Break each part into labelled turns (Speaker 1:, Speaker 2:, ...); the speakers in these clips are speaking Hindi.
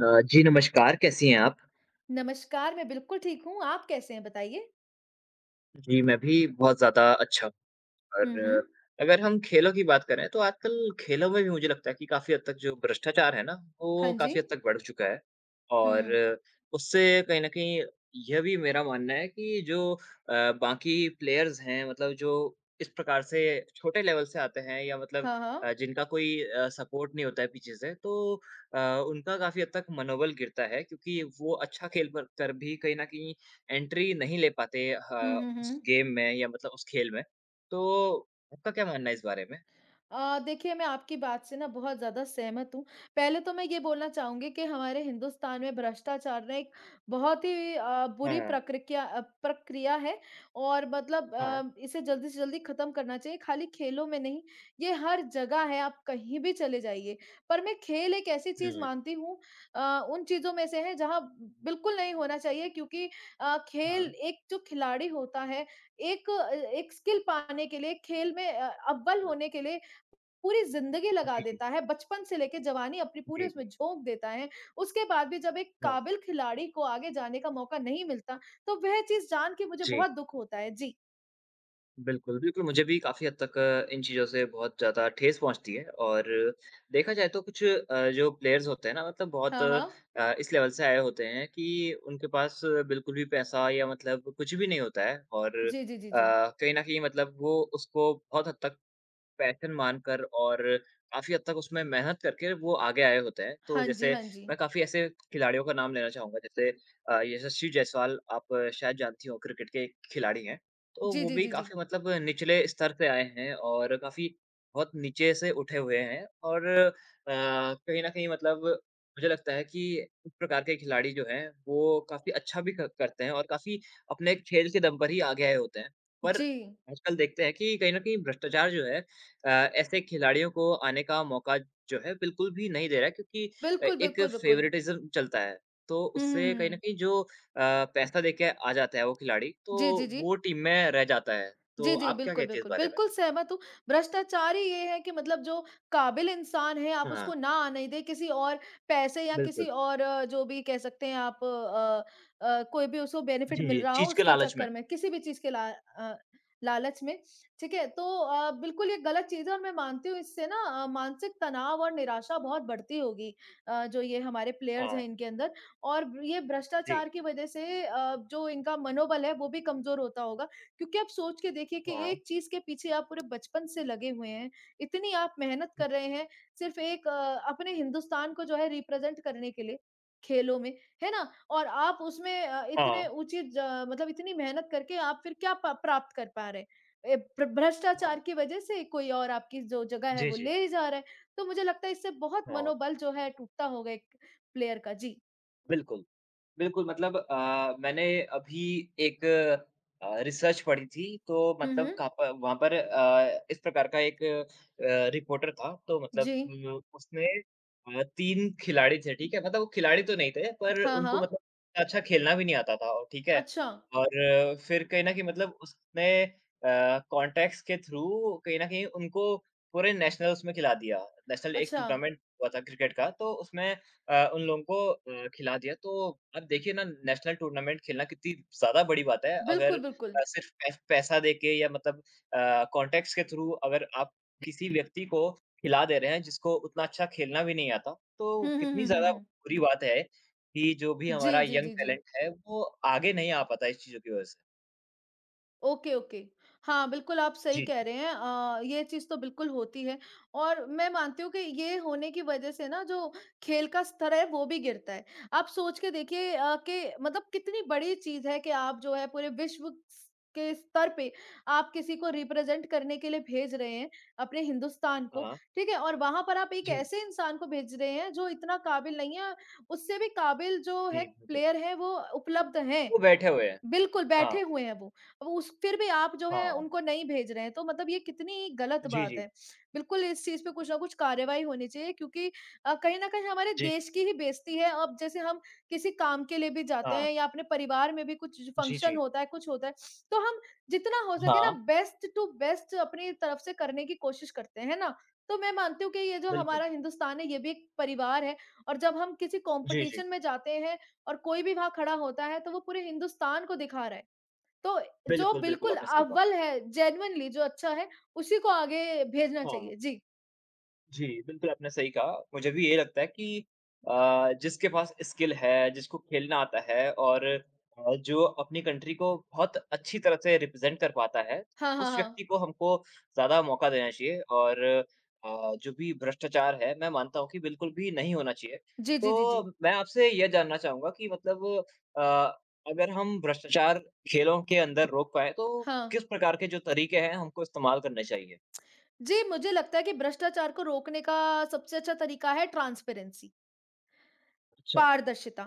Speaker 1: जी नमस्कार, कैसी हैं आप?
Speaker 2: नमस्कार, मैं बिल्कुल ठीक हूँ, आप कैसे हैं बताइए?
Speaker 1: जी, मैं भी बहुत ज़्यादा अच्छा।
Speaker 2: हुँ, हुँ।
Speaker 1: और अगर हम खेलों की बात करें तो आजकल खेलों में भी मुझे लगता है कि काफ़ी हद तक जो भ्रष्टाचार है ना,
Speaker 2: हाँ
Speaker 1: वो
Speaker 2: जी।
Speaker 1: काफ़ी हद तक बढ़ चुका है। और
Speaker 2: हुँ।
Speaker 1: उससे कहीं न कहीं यह भी मेरा मानना है कि जो बाकी प्लेयर्स हैं मतलब जो इस प्रकार से छोटे लेवल से आते हैं या मतलब
Speaker 2: हाँ, हाँ।
Speaker 1: जिनका कोई सपोर्ट नहीं होता है पीछे से तो अ, उनका काफ़ी हद तक मनोबल गिरता है क्योंकि वो अच्छा खेल पर कर भी कहीं न कहीं एंट्री नहीं ले पाते ह
Speaker 2: हुँ, हुँ,
Speaker 1: उस
Speaker 2: हुँ।
Speaker 1: गेम में या मतलब उस खेल में। तो आपका क्या मानना है इस बारे में?
Speaker 2: देखिए मैं आपकी बात से ना बहुत ज़्यादा सहमत हूँ। पहले तो मैं ये बोलना चाहूँगी कि हमारे हिंदुस्तान में भ्रष्टाचार ना एक बहुत ही
Speaker 1: हाँ,
Speaker 2: प्रक्रिया है और मतलब
Speaker 1: हाँ।
Speaker 2: इसे जल्दी से जल्दी खत्म करना चाहिए। खाली खेलों में नहीं, ये हर जगह है, आप कहीं भी चले जाइए। पर मैं खेल एक ऐसी चीज़
Speaker 1: हुँ,
Speaker 2: मानती हूँ, अ, उन चीज़ों में से है जहाँ बिल्कुल नहीं होना चाहिए क्योंकि
Speaker 1: हाँ।
Speaker 2: खेल एक जो खिलाड़ी होता है, एक एक स्किल पाने के लिए, खेल में अव्वल
Speaker 1: हुँ।
Speaker 2: होने के लिए पूरी ज़िंदगी लगा
Speaker 1: जी, जी।
Speaker 2: देता है, बचपन से लेके जवानी अपनी पूरी
Speaker 1: जी,
Speaker 2: उसमें
Speaker 1: जी।
Speaker 2: झोंक देता है। उसके बाद भी जब एक
Speaker 1: हाँ।
Speaker 2: काबिल खिलाड़ी को आगे जाने का मौका नहीं मिलता, तो वह चीज़ जान के मुझे
Speaker 1: जी,
Speaker 2: बहुत दुःख होता है। जी।
Speaker 1: बिल्कुल, बिल्कुल मुझे भी काफ़ी हद तक इन चीज़ों से बहुत ज़्यादा ठेस पहुँचती है और देखा जाए तो कुछ जो प्लेयर्स होते हैं ना मतलब बहुत
Speaker 2: हाँ, हाँ।
Speaker 1: इस लेवल से आए होते हैं कि उनके पास बिल्कुल भी पैसा या मतलब कुछ भी नहीं होता है और
Speaker 2: जी, जी, जी, जी।
Speaker 1: कहीं न कहीं मतलब वो उसको बहुत हद तक पैशन मानकर और काफ़ी हद तक उसमें मेहनत करके वो आगे आए होते हैं। तो
Speaker 2: हाँ जी,
Speaker 1: जैसे
Speaker 2: हाँ जी।
Speaker 1: मैं काफ़ी ऐसे खिलाड़ियों का नाम लेना चाहूँगा जैसे यशस्वी जायसवाल, आप शायद जानती हो, क्रिकेट के एक खिलाड़ी हैं। तो
Speaker 2: जी,
Speaker 1: वो
Speaker 2: जी,
Speaker 1: भी
Speaker 2: जी, जी।
Speaker 1: काफ़ी मतलब निचले स्तर से आए हैं और काफ़ी बहुत नीचे से उठे हुए हैं और कहीं न कहीं मतलब मुझे लगता है कि इस प्रकार के खिलाड़ी जो हैं वो काफ़ी अच्छा भी क करते हैं और काफ़ी अपने खेल के दम पर ही आगे आए होते हैं। पर
Speaker 2: जी।
Speaker 1: आजकल देखते हैं कि कहीं न कहीं भ्रष्टाचार जो है ऐसे खिलाड़ियों को आने का मौका जो है बिल्कुल भी नहीं दे रहा है क्योंकि
Speaker 2: बिल्कुल,
Speaker 1: एक
Speaker 2: बिल्कुल, बिल्कुल।
Speaker 1: फ़ेवरेटिज़्म चलता है। तो
Speaker 2: हुँ, हुँ,
Speaker 1: उससे कहीं न
Speaker 2: हुँ।
Speaker 1: कहीं जो पैसा दे के आ जाता है वो खिलाड़ी,
Speaker 2: जी, जी,
Speaker 1: तो
Speaker 2: जी।
Speaker 1: वो टीम में रह जाता है।
Speaker 2: जी,
Speaker 1: तो
Speaker 2: जी।
Speaker 1: आप क्या
Speaker 2: बिल्कुल,
Speaker 1: कहती हैं इस
Speaker 2: बिल्कुल।
Speaker 1: बारे में?
Speaker 2: बिल्कुल सहमत हूँ। भ्रष्टाचार ही ये है कि मतलब जो काबिल इंसान है आप
Speaker 1: हाँ,
Speaker 2: उसको ना आने दें किसी और पैसे या किसी
Speaker 1: बिल्कुल।
Speaker 2: और जो भी कह सकते हैं आप कोई भी उसको बेनिफिट
Speaker 1: जी,
Speaker 2: मिल
Speaker 1: जी,
Speaker 2: रहा हो
Speaker 1: चीज़ के
Speaker 2: उसके
Speaker 1: लालच में।
Speaker 2: चक्कर में, किसी भी चीज़ के लालच में, ठीक है? तो बिल्कुल ये गलत चीज़ है और मैं मानती हूँ इससे ना मानसिक तनाव और निराशा बहुत बढ़ती होगी, जो ये हमारे प्लेयर्स
Speaker 1: हाँ,
Speaker 2: हैं इनके अंदर और ये
Speaker 1: जी,
Speaker 2: भ्रष्टाचार की वज़ह से जो इनका मनोबल है वो भी कमज़ोर होता होगा, क्योंकि आप सोच के देखिए कि
Speaker 1: हाँ,
Speaker 2: एक चीज़ के पीछे आप पूरे बचपन से लगे हुए हैं, इतनी आप मेहनत कर रहे हैं, सिर्फ़ एक अपने हिंदुस्तान को जो है रिप्रेज़ेंट करने के लिए खेलों में, है ना? और आप उसमें
Speaker 1: हाँ,
Speaker 2: इतने ऊँची ज मतलब इतनी मेहनत करके आप फिर क्या प प्राप्त कर पा रहे हैं? ए प्र भ्रष्टाचार
Speaker 1: हाँ।
Speaker 2: की वज़ह से कोई और आपकी जो जगह है
Speaker 1: जी,
Speaker 2: वो
Speaker 1: जी,
Speaker 2: ले ही जा रहा है, तो मुझे लगता है इससे बहुत
Speaker 1: हाँ,
Speaker 2: मनोबल जो है टूटता होगा एक प्लेयर का। जी।
Speaker 1: बिल्कुल। बिल्कुल, मतलब मैंने अभी एक रिसर्च पढ़ी थी, तो
Speaker 2: हुँ, हुँ।
Speaker 1: मतलब काप वहाँ पर इस प्रकार का एक रिपोर्टर था, तो मतलब
Speaker 2: जी।
Speaker 1: उसने 3 खिलाड़ी थे, ठीक है? मतलब वो खिलाड़ी तो नहीं थे, पर
Speaker 2: हाँ,
Speaker 1: उनको
Speaker 2: हाँ।
Speaker 1: मतलब अच्छा खेलना भी नहीं आता था और ठीक है?
Speaker 2: अच्छा,
Speaker 1: और फिर कहीं न कहीं मतलब उसने कॉन्टैक्ट्स के थ्रू कहीं न कहीं उनको पूरे नेशनल उसमें खिला दिया। नेशनल एक
Speaker 2: अच्छा।
Speaker 1: टूर्नामेंट हुआ था क्रिकेट का, तो उसमें उन लोगों को खिला दिया। तो अब देखिए ना नेशनल टूर्नामेंट खेलना कितनी ज़्यादा बड़ी बात है अगर
Speaker 2: बिल्कुल, बिल्कुल।
Speaker 1: सिर्फ़ पै पैसा दे के या मतलब कॉन्टैक्ट्स के थ्रू अगर आप किसी व्यक्ति को खिला दे रहे हैं जिसको उतना अच्छा खेलना भी नहीं आता, तो
Speaker 2: हुँ, हुँ,
Speaker 1: कितनी
Speaker 2: हुँ, हुँ,
Speaker 1: ज़्यादा
Speaker 2: हुँ।
Speaker 1: बुरी बात है कि जो भी
Speaker 2: जी,
Speaker 1: हमारा
Speaker 2: जी,
Speaker 1: यंग
Speaker 2: जी, जी।
Speaker 1: टैलेंट है वो आगे नहीं आ पाता इस चीज़ों की वज़ह से।
Speaker 2: Okay, okay. हाँ, बिल्कुल आप सही
Speaker 1: जी,
Speaker 2: कह
Speaker 1: जी।
Speaker 2: रहे हैं, ये चीज़ तो बिल्कुल होती है और मैं मानती हूँ कि ये होने की वज़ह से ना जो खेल का स्तर है वो भी गिरता है। आप सोच के देखिए कि मतलब कितनी बड़ी चीज़ है कि आप जो है पूरे विश्व स के स्तर पे आप किसी को रिप्रेज़ेंट करने के लिए भेज रहे हैं, अपने हिंदुस्तान को,
Speaker 1: हाँ।
Speaker 2: ठीक है? और वहाँ पर आप एक
Speaker 1: जी,
Speaker 2: ऐसे इंसान को भेज रहे हैं जो इतना काबिल नहीं है, उससे भी काबिल जो है
Speaker 1: जी, बिल्कुल।
Speaker 2: प्लेयर है वो उपलब्ध हैं।
Speaker 1: वो बैठे हुए हैं।
Speaker 2: बिल्कुल, बैठे
Speaker 1: हाँ,
Speaker 2: हुए हैं वो। अब उस फिर भी आप जो है
Speaker 1: हाँ।
Speaker 2: उनको नहीं भेज रहे हैं, तो मतलब ये कितनी गलत
Speaker 1: जी,
Speaker 2: बात
Speaker 1: जी।
Speaker 2: है। बिल्कुल इस चीज़ पे कुछ न कुछ कार्रवाई होनी चाहिए क्योंकि कहीं न कहीं हमारे
Speaker 1: जी, जी।
Speaker 2: देश की ही बेइज़्ती है। अब जैसे हम किसी काम के लिए भी जाते
Speaker 1: हाँ।
Speaker 2: हैं या अपने परिवार में भी कुछ
Speaker 1: जी,
Speaker 2: फंक्शन
Speaker 1: जी।
Speaker 2: होता है, कुछ होता है, तो हम जितना हो सके ना
Speaker 1: हाँ।
Speaker 2: बेस्ट टू बेस्ट अपनी तरफ से करने की कोशिश करते हैं, है ना? तो मैं मानती हूँ कि ये जो
Speaker 1: बिल्कुल।
Speaker 2: हमारा हिंदुस्तान है, ये भी एक परिवार है और जब हम किसी
Speaker 1: जी, जी।
Speaker 2: कॉम्पिटिशन में जाते हैं और कोई भी वहाँ खड़ा होता है तो वो पूरे हिंदुस्तान को दिखा रहा है। तो जो
Speaker 1: बिल्कुल, बिल्कुल,
Speaker 2: बिल्कुल
Speaker 1: आपने सही कहा।
Speaker 2: अव्वल है, जेनुइनली जो अच्छा है उसी को आगे भेजना
Speaker 1: हाँ,
Speaker 2: चाहिए। जी।
Speaker 1: जी, बिल्कुल आपने सही कहा। मुझे भी ये लगता है कि जिसके पास स्किल है, जिसको खेलना आता है और जो अपनी कंट्री को बहुत अच्छी तरह से रिप्रेज़ेंट कर पाता है,
Speaker 2: हाँ, हाँ,
Speaker 1: उस
Speaker 2: हाँ।
Speaker 1: व्यक्ति को हमको ज़्यादा मौका देना चाहिए और जो भी भ्रष्टाचार है, मैं मानता हूँ कि बिल्कुल भी नहीं होना चाहिए।
Speaker 2: जी, जी, जी, जी।
Speaker 1: तो मैं आपसे ये जानना चाहूँगा कि मतलब अ, अगर हम भ्रष्टाचार खेलों के अंदर रोक पाएँ, तो
Speaker 2: हाँ।
Speaker 1: किस प्रकार के जो तरीके हैं, हमको इस्तेमाल करने चाहिए?
Speaker 2: जी, मुझे लगता है कि भ्रष्टाचार को रोकने का सबसे अच्छा तरीका है ट्रांसपेरेंसी।
Speaker 1: अच्छा,
Speaker 2: पारदर्शिता,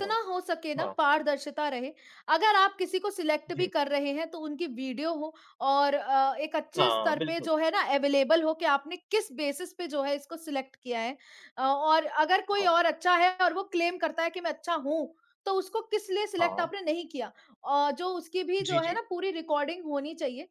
Speaker 1: हाँ,
Speaker 2: हो सके ना
Speaker 1: हाँ,
Speaker 2: पारदर्शिता रहे। अगर आप किसी को सिलेक्ट भी
Speaker 1: जी।
Speaker 2: कर रहे हैं तो उनकी वीडियो हो और एक अच्छे
Speaker 1: हाँ,
Speaker 2: स्तर पे
Speaker 1: बिल्कुल।
Speaker 2: जो है ना अवेलेबल हो कि आपने किस बेसिस पे जो है इसको सिलेक्ट किया है। और अगर कोई
Speaker 1: हाँ,
Speaker 2: और अच्छा है और वो क्लेम करता है कि मैं अच्छा हूँ, तो उसको किस लिए सिलेक्ट
Speaker 1: हाँ,
Speaker 2: आपने नहीं किया। जो उसकी भी जो
Speaker 1: जी,
Speaker 2: है
Speaker 1: जी।
Speaker 2: ना पूरी रिकॉर्डिंग होनी चाहिए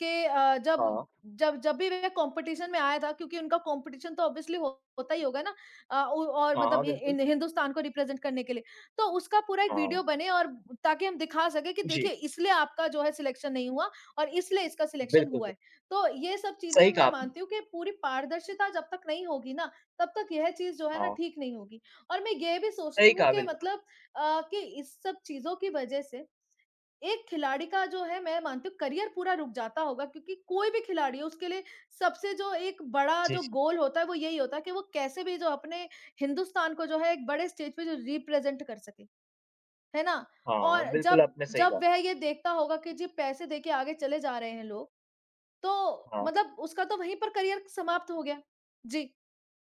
Speaker 2: कि जब
Speaker 1: हाँ,
Speaker 2: जब जब भी वह कॉम्पिटिशन में आया था क्योंकि उनका कॉम्पिटिशन तो ऑब्वियसली हो होता ही होगा ना, अ, औ और
Speaker 1: हाँ,
Speaker 2: मतलब
Speaker 1: हाँ,
Speaker 2: इ
Speaker 1: बिल्कुल।
Speaker 2: इन हिंदुस्तान को रिप्रेज़ेंट करने के लिए। तो उसका पूरा एक
Speaker 1: हाँ,
Speaker 2: वीडियो बने और ताकि हम दिखा सकें कि देखिए
Speaker 1: जी,
Speaker 2: इसलिए आपका जो है सिलेक्शन नहीं हुआ और इसलिए इसका सिलेक्शन
Speaker 1: बिल्कुल,
Speaker 2: हुआ
Speaker 1: बिल्कुल।
Speaker 2: है। तो ये सब चीज़ें
Speaker 1: सही
Speaker 2: मैं
Speaker 1: कहा आपने।
Speaker 2: मानती हूँ कि पूरी पारदर्शिता जब तक नहीं होगी ना, तब तक यह चीज़ जो है ना
Speaker 1: हाँ,
Speaker 2: ठीक नहीं होगी। और मैं ये भी सोचती
Speaker 1: सही
Speaker 2: हूँ
Speaker 1: कहा
Speaker 2: कि
Speaker 1: बिल्कुल।
Speaker 2: मतलब
Speaker 1: आपने।
Speaker 2: कि इस सब चीज़ों की वज़ह से एक खिलाड़ी का जो है मैं मानती हूँ करियर पूरा रुक जाता होगा क्योंकि कोई भी खिलाड़ी है उसके लिए सबसे जो एक बड़ा
Speaker 1: जी,
Speaker 2: जो
Speaker 1: जी।
Speaker 2: गोल होता है वो यही होता है कि वो कैसे भी जो अपने हिंदुस्तान को जो है एक बड़े स्टेज पे जो रिप्रेजेंट कर सके, है ना?
Speaker 1: हाँ,
Speaker 2: और
Speaker 1: बिल्कुल
Speaker 2: जब
Speaker 1: आपने सही
Speaker 2: जब
Speaker 1: कहा।
Speaker 2: वह ये देखता होगा कि जी पैसे देके आगे चले जा रहे हैं लोग, तो
Speaker 1: हाँ।
Speaker 2: मतलब उसका तो वहीं पर करियर समाप्त हो गया। जी।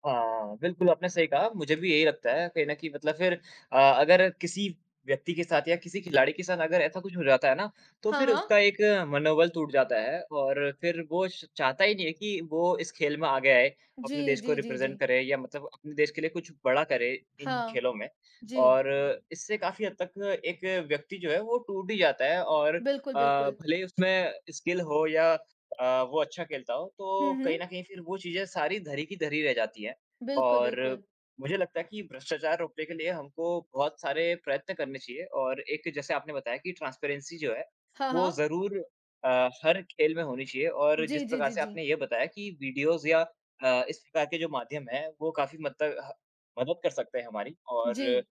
Speaker 1: हाँ, बिल्कुल आपने सही कहा, मुझे भी यही लगता है कहीं न कहीं मतलब फिर अगर किसी व्यक्ति के साथ या किसी खिलाड़ी के साथ अगर ऐसा कुछ हो जाता है ना, तो
Speaker 2: हाँ,
Speaker 1: फिर
Speaker 2: हाँ।
Speaker 1: उसका एक मनोबल टूट जाता है और फिर वो श चाहता ही नहीं है कि वो इस खेल में आगे आए,
Speaker 2: जी,
Speaker 1: अपने देश
Speaker 2: जी,
Speaker 1: को
Speaker 2: जी, जी।
Speaker 1: रिप्रेज़ेंट करे या मतलब अपने देश के लिए कुछ बड़ा करे इन
Speaker 2: हाँ।
Speaker 1: खेलों में।
Speaker 2: जी।
Speaker 1: और इससे काफ़ी हद तक एक व्यक्ति जो है वो टूट ही जाता है और
Speaker 2: बिल्कुल, बिल्कुल।
Speaker 1: भले ही उसमें स्किल हो या वो अच्छा खेलता हो, तो
Speaker 2: हुँ, हुँ।
Speaker 1: कहीं न कहीं फिर वो चीज़ें सारी धरी की धरी रह जाती हैं।
Speaker 2: बिल्कुल,
Speaker 1: और
Speaker 2: बिल्कुल।
Speaker 1: मुझे लगता है कि भ्रष्टाचार रोकने के लिए हमको बहुत सारे प्रयत्न करने चाहिए और एक जैसे आपने बताया कि ट्रांसपेरेंसी जो है,
Speaker 2: हाँ,
Speaker 1: वो
Speaker 2: हाँ।
Speaker 1: ज़रूर हर खेल में होनी चाहिए और
Speaker 2: जी,
Speaker 1: जिस
Speaker 2: जी,
Speaker 1: प्रकार
Speaker 2: जी,
Speaker 1: से
Speaker 2: जी।
Speaker 1: आपने ये बताया कि वीडियोज़ या इस प्रकार के जो माध्यम हैं, वो काफ़ी मद तक ह मदद कर सकते हैं हमारी
Speaker 2: जी।
Speaker 1: और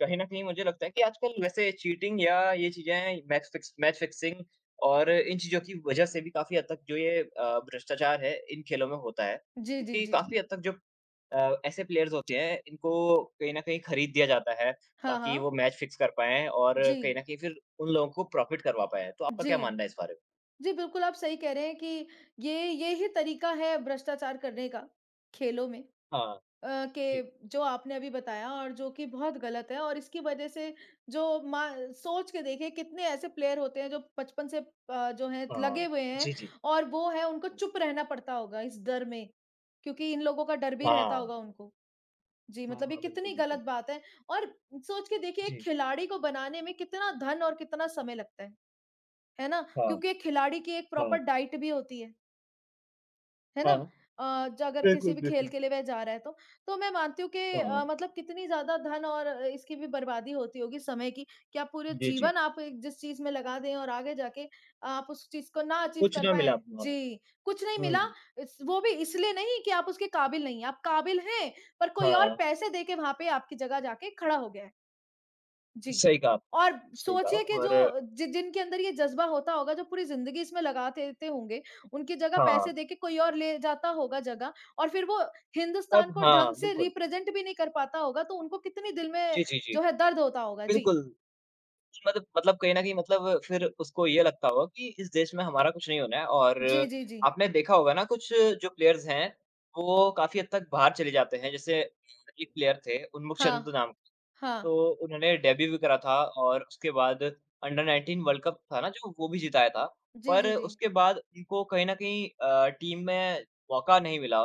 Speaker 1: कहीं न कहीं मुझे लगता है कि आजकल वैसे चीटिंग या ये चीज़ें मैच फिक्सिंग और इन चीज़ों की वज़ह से भी काफ़ी हद तक जो ये भ्रष्टाचार है, इन खेलों में होता है।
Speaker 2: जी, जी,
Speaker 1: क्योंकि
Speaker 2: जी, जी।
Speaker 1: काफ़ी हद तक जो ऐसे प्लेयर्स होते हैं इनको कहीं न कहीं खरीद दिया जाता है,
Speaker 2: हाँ,
Speaker 1: ताकि
Speaker 2: हाँ।
Speaker 1: वो मैच फिक्स कर पाएँ और
Speaker 2: जी।
Speaker 1: कहीं न कहीं फिर उन लोगों को प्रॉफ़िट करवा पाएँ। तो आपका
Speaker 2: जी।
Speaker 1: क्या मानना है इस बारे में?
Speaker 2: जी, बिल्कुल आप सही कह रहे हैं कि ये ही तरीका है भ्रष्टाचार करने का, खेलों में
Speaker 1: हाँ, जी।
Speaker 2: के जो आपने अभी बताया और जो कि बहुत गलत है और इसकी वज़ह से जो मा सोच के देखिए कितने ऐसे प्लेयर होते हैं जो बचपन से जो हैं लगे
Speaker 1: हाँ।
Speaker 2: हुए हैं
Speaker 1: जी, जी।
Speaker 2: और वो है उनको
Speaker 1: हुँ।
Speaker 2: चुप रहना पड़ता होगा इस डर में, क्योंकि इन लोगों का डर भी रहता
Speaker 1: हाँ।
Speaker 2: होगा उनको। जी,
Speaker 1: हाँ,
Speaker 2: मतलब ये
Speaker 1: हाँ, बिल्कुल,
Speaker 2: कितनी गलत
Speaker 1: बिल्कुल।
Speaker 2: बात है और सोच के देखिए एक
Speaker 1: जी,
Speaker 2: खिलाड़ी को बनाने में कितना धन और कितना समय लगता है ना?
Speaker 1: हाँ,
Speaker 2: क्योंकि एक खिलाड़ी की एक
Speaker 1: हाँ,
Speaker 2: प्रॉपर डाइट भी होती है। है ना?
Speaker 1: हाँ।
Speaker 2: अ, ज अगर किसी
Speaker 1: बिल्कुल,
Speaker 2: भी खेल
Speaker 1: बिल्कुल।
Speaker 2: के लिए वह जा रहा है तो। तो मैं मानती हूँ कि
Speaker 1: हाँ,
Speaker 2: मतलब कितनी ज़्यादा धन और इसकी भी बर्बादी होती होगी समय की, कि आप पूरे
Speaker 1: जी, जी।
Speaker 2: जीवन आप एक जिस चीज़ में लगा दें और आगे जाके आप उस चीज़ को ना अचीव
Speaker 1: कुछ
Speaker 2: कर
Speaker 1: ना मिला
Speaker 2: पाएँ।
Speaker 1: आपको, हाँ।
Speaker 2: जी, कुछ नहीं
Speaker 1: हुँ,
Speaker 2: मिला, इस वो भी इसलिए नहीं कि आप उसके काबिल नहीं हैं, आप काबिल हैं, पर कोई और
Speaker 1: हाँ,
Speaker 2: पैसे दे के वहाँ पे आपकी जगह जाके खड़ा हो गया है। जी।
Speaker 1: सही कहा आप,
Speaker 2: और
Speaker 1: सही कहा
Speaker 2: सोचिए कि
Speaker 1: और
Speaker 2: जो जि जिनके अंदर ये जज़्बा होता होगा, जो पूरी ज़िंदगी इसमें लगा देते होंगे, उनकी जगह पैसे
Speaker 1: हाँ,
Speaker 2: देके कोई और ले जाता होगा जगह और फिर वो हिंदुस्तान
Speaker 1: अब
Speaker 2: को ढंग
Speaker 1: हाँ,
Speaker 2: से
Speaker 1: बिल्कुल।
Speaker 2: रिप्रेज़ेंट भी नहीं कर पाता होगा, तो उनको कितनी दिल में
Speaker 1: जी, जी, जी।
Speaker 2: जो है दर्द होता होगा। जी।
Speaker 1: बिल्कुल। मतलब कहीं न कहीं मतलब फिर उसको ये लगता होगा कि इस देश में हमारा कुछ नहीं होना है और
Speaker 2: जी, जी, जी।
Speaker 1: आपने देखा होगा ना कुछ जो प्लेयर्स हैं, वो काफ़ी हद तक बाहर चले जाते हैं। जैसे एक प्लेयर थे उन्मुख
Speaker 2: हाँ,
Speaker 1: चंद नाम,
Speaker 2: हाँ।
Speaker 1: तो उन्होंने डेब्यू भी करा था और उसके बाद अंडर-19 वर्ल्ड कप था ना जो वो भी जिताया था।
Speaker 2: जी,
Speaker 1: पर
Speaker 2: जी, जी।
Speaker 1: उसके बाद उनको कहीं न कहीं टीम में मौका नहीं मिला।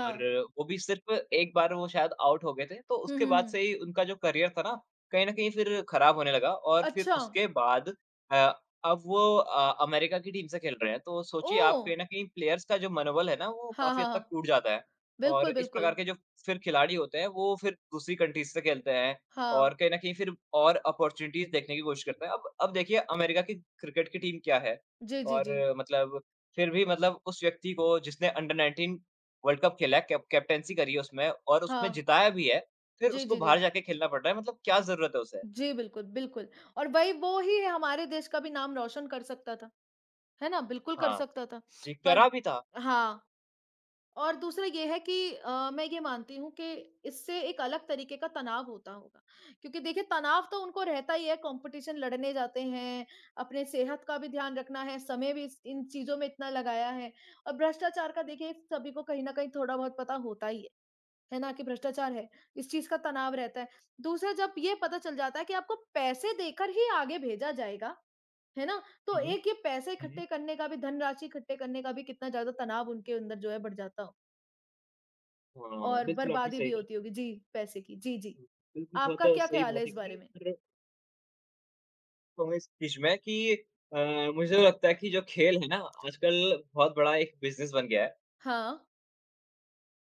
Speaker 1: और वो भी सिर्फ़ एक बार वो शायद आउट हो गए थे, तो
Speaker 2: हुँ,
Speaker 1: उसके
Speaker 2: हुँ,
Speaker 1: बाद
Speaker 2: हुँ।
Speaker 1: से ही उनका जो करियर था ना, कहीं न कहीं फिर खराब होने लगा और फिर
Speaker 2: अच्छा।
Speaker 1: उसके बाद अ, अब वो अमेरिका की टीम से खेल रहे हैं। तो सोचिए
Speaker 2: ओह!
Speaker 1: आप कहीं न कहीं प्लेयर्स का जो मनोबल है ना, वो
Speaker 2: हाँ,
Speaker 1: काफ़ी
Speaker 2: हाँ,
Speaker 1: हद तक
Speaker 2: हाँ।
Speaker 1: टूट जाता है और
Speaker 2: बिल्कुल,
Speaker 1: इस प्रकार
Speaker 2: बिल्कुल।
Speaker 1: के जो फिर खिलाड़ी होते हैं, वो फिर दूसरी कंट्रीज़ से खेलते हैं
Speaker 2: हाँ।
Speaker 1: और कहीं न कहीं फिर और अपॉर्च्युनिटीज़ देखने की कोशिश करते हैं। अब देखिए अमेरिका की क्रिकेट की टीम क्या है
Speaker 2: जी, जी,
Speaker 1: और
Speaker 2: जी।
Speaker 1: मतलब फिर भी मतलब उस व्यक्ति को जिसने अंडर 19 वर्ल्ड कप खेला है, कैप्टेंसी करी है उसमें और उसमें
Speaker 2: हाँ।
Speaker 1: जिताया भी है, फिर
Speaker 2: जी,
Speaker 1: उसको
Speaker 2: जी,
Speaker 1: बाहर
Speaker 2: जी।
Speaker 1: जाके खेलना पड़ रहा है, मतलब क्या ज़रूरत है उसे?
Speaker 2: जी, बिल्कुल, बिल्कुल और वही वो ही है, हमारे देश का भी नाम रोशन कर सकता था, है ना? बिल्कुल कर
Speaker 1: हाँ।
Speaker 2: सकता था,
Speaker 1: जी,
Speaker 2: पर
Speaker 1: करा भी था।
Speaker 2: हाँ, और दूसरा ये है कि मैं ये मानती हूँ कि इससे एक अलग तरीके का तनाव होता होगा, क्योंकि देखिए तनाव तो उनको रहता ही है, कॉम्पिटिशन लड़ने जाते हैं, अपने सेहत का भी ध्यान रखना है, समय भी इस इन चीज़ों में इतना लगाया है और भ्रष्टाचार का देखिए सभी को कहीं न कहीं थोड़ा बहुत पता होता ही है। है ना? कि भ्रष्टाचार है, इस चीज़ का तनाव रहता है। दूसरा जब ये पता चल जाता है कि आपको पैसे देकर ही आगे भेजा जाएगा, है ना? तो
Speaker 1: हुँ,
Speaker 2: एक ये पैसे
Speaker 1: हुँ।
Speaker 2: इकट्ठे करने का भी, धनराशि इकट्ठे करने का भी कितना ज़्यादा तनाव उनके अंदर जो है बढ़ जाता हो,
Speaker 1: हाँ,
Speaker 2: और
Speaker 1: बिल्कुल आपने
Speaker 2: बर्बादी भी
Speaker 1: सही कहा।
Speaker 2: होती होगी जी, पैसे की। जी, जी।
Speaker 1: बिल्कुल
Speaker 2: आपका
Speaker 1: बहुत
Speaker 2: क्या
Speaker 1: सही
Speaker 2: ख़्याल
Speaker 1: बात
Speaker 2: है इस
Speaker 1: है
Speaker 2: बारे
Speaker 1: बोली
Speaker 2: में?
Speaker 1: और कहूँगा इस बीच में कि अ, मुझे तो लगता है कि जो खेल है ना आजकल बहुत बड़ा एक बिज़नेस बन गया है।
Speaker 2: हाँ।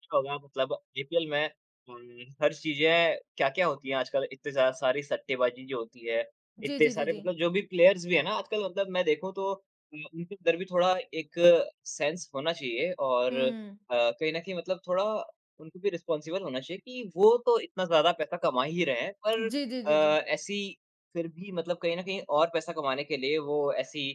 Speaker 1: अच्छा होगा मतलब आईपीएल में उम, हर चीज़ें क्या-क्या होती हैं आजकल इतनी ज़्यादा सारी सट्टेबाज़ी जो होती है,
Speaker 2: जी,
Speaker 1: इतने
Speaker 2: जी, जी,
Speaker 1: सारे
Speaker 2: जी।
Speaker 1: मतलब जो भी प्लेयर्स भी हैं ना आजकल मतलब मैं देखूँ तो उनके अंदर भी थोड़ा एक सेंस होना चाहिए और
Speaker 2: हुँ।
Speaker 1: कहीं न कहीं मतलब थोड़ा उनको भी रिस्पॉन्सिबल होना चाहिए कि वो तो इतना ज़्यादा पैसा कमा ही रहे हैं पर
Speaker 2: जी, जी,
Speaker 1: अ,
Speaker 2: जी, जी।
Speaker 1: ऐसी फिर भी मतलब कहीं न कहीं और पैसा कमाने के लिए वो ऐसी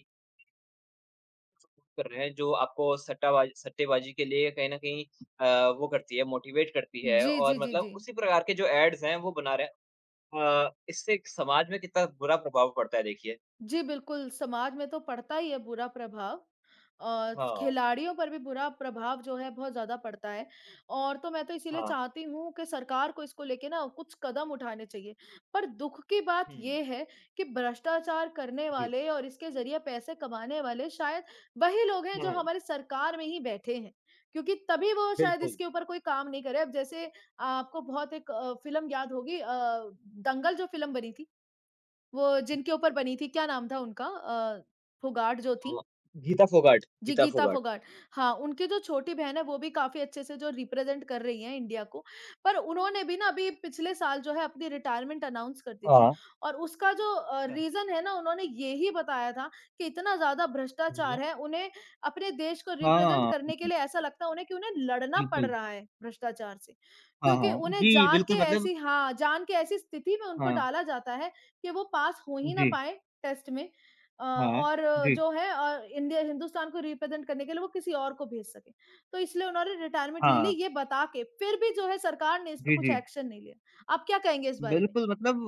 Speaker 1: कर रहे हैं जो आपको सट्टाबाज़ सट्टेबाज़ी के लिए कहीं न कहीं वो करती है, मोटिवेट करती है
Speaker 2: जी,
Speaker 1: और
Speaker 2: जी, जी, जी।
Speaker 1: मतलब उसी प्रकार के जो एड्स हैं वो बना रहे हैं। इससे एक समाज में कितना बुरा प्रभाव पड़ता है देखिए।
Speaker 2: जी, बिल्कुल, समाज में तो पड़ता ही है बुरा प्रभाव और
Speaker 1: हाँ,
Speaker 2: खिलाड़ियों पर भी बुरा प्रभाव जो है बहुत ज़्यादा पड़ता है और तो मैं तो इसीलिए
Speaker 1: हाँ।
Speaker 2: चाहती हूँ कि सरकार को इसको लेके ना कुछ कदम उठाने चाहिए। पर दुःख की बात
Speaker 1: हुँ।
Speaker 2: ये है कि भ्रष्टाचार करने
Speaker 1: जी।
Speaker 2: वाले और इसके ज़रिए पैसे कमाने वाले शायद वही लोग हैं जो
Speaker 1: हुँ,
Speaker 2: हमारी सरकार में ही बैठे हैं, क्योंकि तभी वो शायद
Speaker 1: बिल्कुल।
Speaker 2: इसके ऊपर कोई काम नहीं करे। अब जैसे आपको बहुत एक फ़िल्म याद होगी, दंगल जो फ़िल्म बनी थी, वो जिनके ऊपर बनी थी, क्या नाम था उनका? फोगाट जो थी,
Speaker 1: हाँ, गीता फोगाट
Speaker 2: जी,
Speaker 1: गीता
Speaker 2: गीता
Speaker 1: फोगाट।
Speaker 2: फोगाट। हाँ, उनकी जो छोटी बहन है वो भी काफ़ी अच्छे से जो रिप्रेज़ेंट कर रही हैं इंडिया को। पर उन्होंने भी ना अभी पिछले साल जो है अपनी रिटायरमेंट अनाउंस कर दी थी
Speaker 1: हाँ।
Speaker 2: और उसका जो
Speaker 1: अच्छा।
Speaker 2: रीज़न है ना उन्होंने ये ही बताया था कि इतना ज़्यादा भ्रष्टाचार
Speaker 1: हुँ।
Speaker 2: है, उन्हें अपने देश को रिप्रेज़ेंट
Speaker 1: हाँ,
Speaker 2: करने के
Speaker 1: बिल्कुल,
Speaker 2: लिए ऐसा लगता है उन्हें कि उन्हें लड़ना पड़
Speaker 1: बिल्कुल।
Speaker 2: रहा है भ्रष्टाचार से।
Speaker 1: हाँ,
Speaker 2: क्योंकि
Speaker 1: हाँ।
Speaker 2: उन्हें
Speaker 1: जी,
Speaker 2: जान के
Speaker 1: बिल्कुल मतलब
Speaker 2: ऐसी हाँ, जान के ऐसी स्थिति में उनको
Speaker 1: हाँ,
Speaker 2: डाला जाता है कि वो पास हो ही ना
Speaker 1: जी।
Speaker 2: पाएँ टेस्ट में,
Speaker 1: हाँ,
Speaker 2: और
Speaker 1: जी।
Speaker 2: जो है इंडिया हिंदुस्तान को रिप्रेजेंट करने के लिए वो किसी और को भेज सकें। तो इसलिए उन्होंने रिटायरमेंट ले ली
Speaker 1: हाँ।
Speaker 2: ये बता के, फिर भी जो है सरकार ने इस पे
Speaker 1: जी,
Speaker 2: कुछ
Speaker 1: जी।
Speaker 2: एक्शन नहीं लिया। आप क्या कहेंगे इस बारे में?
Speaker 1: बिल्कुल, मतलब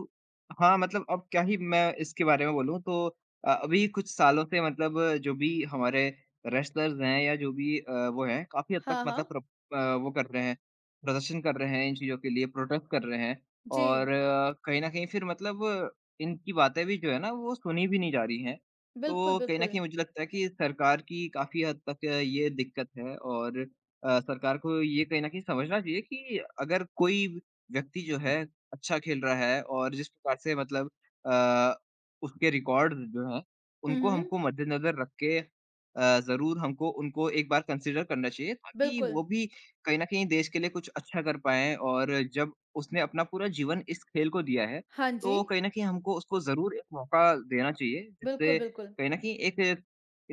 Speaker 1: हाँ, मतलब अब क्या ही मैं इसके बारे में बोलूँ तो अभी कुछ सालों से मतलब जो भी हमारे रेसलर्स हैं या जो भी वो हैं, काफ़ी हद तक
Speaker 2: हाँ,
Speaker 1: मतलब
Speaker 2: हाँ।
Speaker 1: वो कर रहे हैं, प्रदर्शन कर रहे हैं इन चीज़ों के लिए, प्रोटेस्ट कर रहे हैं और
Speaker 2: जी,
Speaker 1: कहीं न कहीं फिर मतलब इनकी बातें भी जो है ना, वो सुनी भी नहीं जा रही हैं।
Speaker 2: बिल्कुल,
Speaker 1: तो कहीं न
Speaker 2: बिल्कुल।
Speaker 1: कहीं मुझे लगता है कि सरकार की काफ़ी हद तक ये दिक्कत है और सरकार को ये कहीं न कहीं समझना चाहिए कि अगर कोई व्यक्ति जो है अच्छा खेल रहा है और जिस प्रकार से मतलब अ, उसके रिकॉर्ड जो हैं,
Speaker 2: हुँ,
Speaker 1: उनको
Speaker 2: हुँ।
Speaker 1: हमको मद्देनज़र रख के ज़रूर हमको उनको एक बार कंसीडर करना चाहिए ताकि
Speaker 2: बिल्कुल।
Speaker 1: वो भी कहीं न कहीं देश के लिए कुछ अच्छा कर पाएँ और जब उसने अपना पूरा जीवन इस खेल को दिया है,
Speaker 2: हाँ जी।
Speaker 1: तो कहीं न कहीं हमको उसको ज़रूर एक मौका देना चाहिए,
Speaker 2: बिल्कुल,
Speaker 1: जिससे
Speaker 2: बिल्कुल।
Speaker 1: कहीं न कहीं एक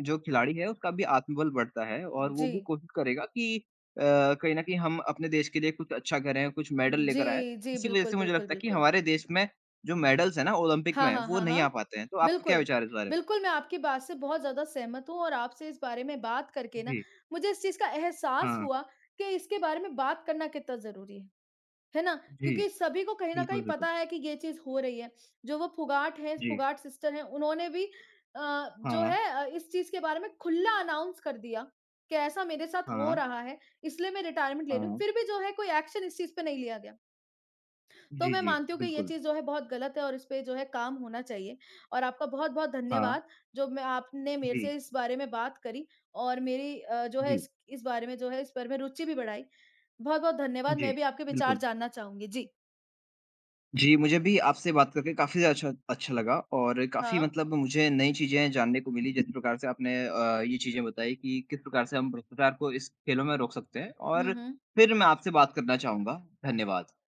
Speaker 1: जो खिलाड़ी है उसका भी आत्मबल बढ़ता है और वो
Speaker 2: जी।
Speaker 1: भी कोशिश करेगा कि कहीं न कहीं हम अपने देश के लिए कुछ अच्छा करें, कुछ मेडल लेकर आएँ।
Speaker 2: जी, जी।
Speaker 1: इसी वजह
Speaker 2: बिल्कुल,
Speaker 1: से मुझे
Speaker 2: बिल्कुल,
Speaker 1: लगता है कि
Speaker 2: बिल्कुल।
Speaker 1: हमारे देश में जो मेडल्स हैं ना ओलंपिक
Speaker 2: हाँ,
Speaker 1: में,
Speaker 2: हाँ,
Speaker 1: वो
Speaker 2: हाँ,
Speaker 1: नहीं आ
Speaker 2: हाँ।
Speaker 1: पाते हैं। तो आपका क्या
Speaker 2: बिल्कुल,
Speaker 1: विचार है इस बारे में?
Speaker 2: बिल्कुल, मैं आपकी बात से बहुत ज़्यादा सहमत हूँ और आपसे इस बारे में बात करके ना
Speaker 1: जी,
Speaker 2: मुझे इस चीज़ का एहसास
Speaker 1: हाँ,
Speaker 2: हुआ कि इसके बारे में बात करना कितना ज़रूरी है। है ना?
Speaker 1: जी,
Speaker 2: क्योंकि सभी को कहीं न कहीं
Speaker 1: बिल्कुल,
Speaker 2: पता
Speaker 1: बिल्कुल।
Speaker 2: है कि ये चीज़ हो रही है। जो वो फुगाट हैं,
Speaker 1: जी,
Speaker 2: फुगाट सिस्टर हैं, उन्होंने भी जो
Speaker 1: हाँ,
Speaker 2: है इस चीज़ के बारे में खुला अनाउंस कर दिया कि ऐसा मेरे साथ हो
Speaker 1: हाँ,
Speaker 2: रहा है, इसलिए मैं रिटायरमेंट ले रही हूँ।
Speaker 1: हाँ।
Speaker 2: फिर भी जो है कोई एक्शन इस चीज़ पे नहीं लिया गया। तो
Speaker 1: जी,
Speaker 2: मैं
Speaker 1: जी,
Speaker 2: मानती हूँ कि ये
Speaker 1: बिल्कुल।
Speaker 2: चीज़ जो है बहुत गलत है और इस पे जो है काम होना चाहिए और आपका बहुत-बहुत
Speaker 1: हाँ,
Speaker 2: धन्यवाद, जो मैं आपने मेरे से
Speaker 1: जी,
Speaker 2: इस बारे में बात करी और मेरी जो है
Speaker 1: जी,
Speaker 2: इस बारे में जो है इस पर मैं रुचि भी बढ़ाई। बहुत-बहुत धन्यवाद,
Speaker 1: जी,
Speaker 2: मैं भी आपके विचार
Speaker 1: बिल्कुल।
Speaker 2: जानना चाहूँगी। जी।
Speaker 1: जी, मुझे भी आपसे बात करके काफ़ी ज़्यादा अच्छा अच्छा लगा और काफ़ी
Speaker 2: हाँ।
Speaker 1: मतलब मुझे नई चीज़ें जानने को मिली, जिस प्रकार से आपने ये चीज़ें बताई कि किस प्रकार से हम भ्रष्टाचार को इस खेलों में रोक सकते हैं
Speaker 2: हुँ,
Speaker 1: और
Speaker 2: हुँ।
Speaker 1: फिर मैं आपसे बात करना चाहूँगा। धन्यवाद।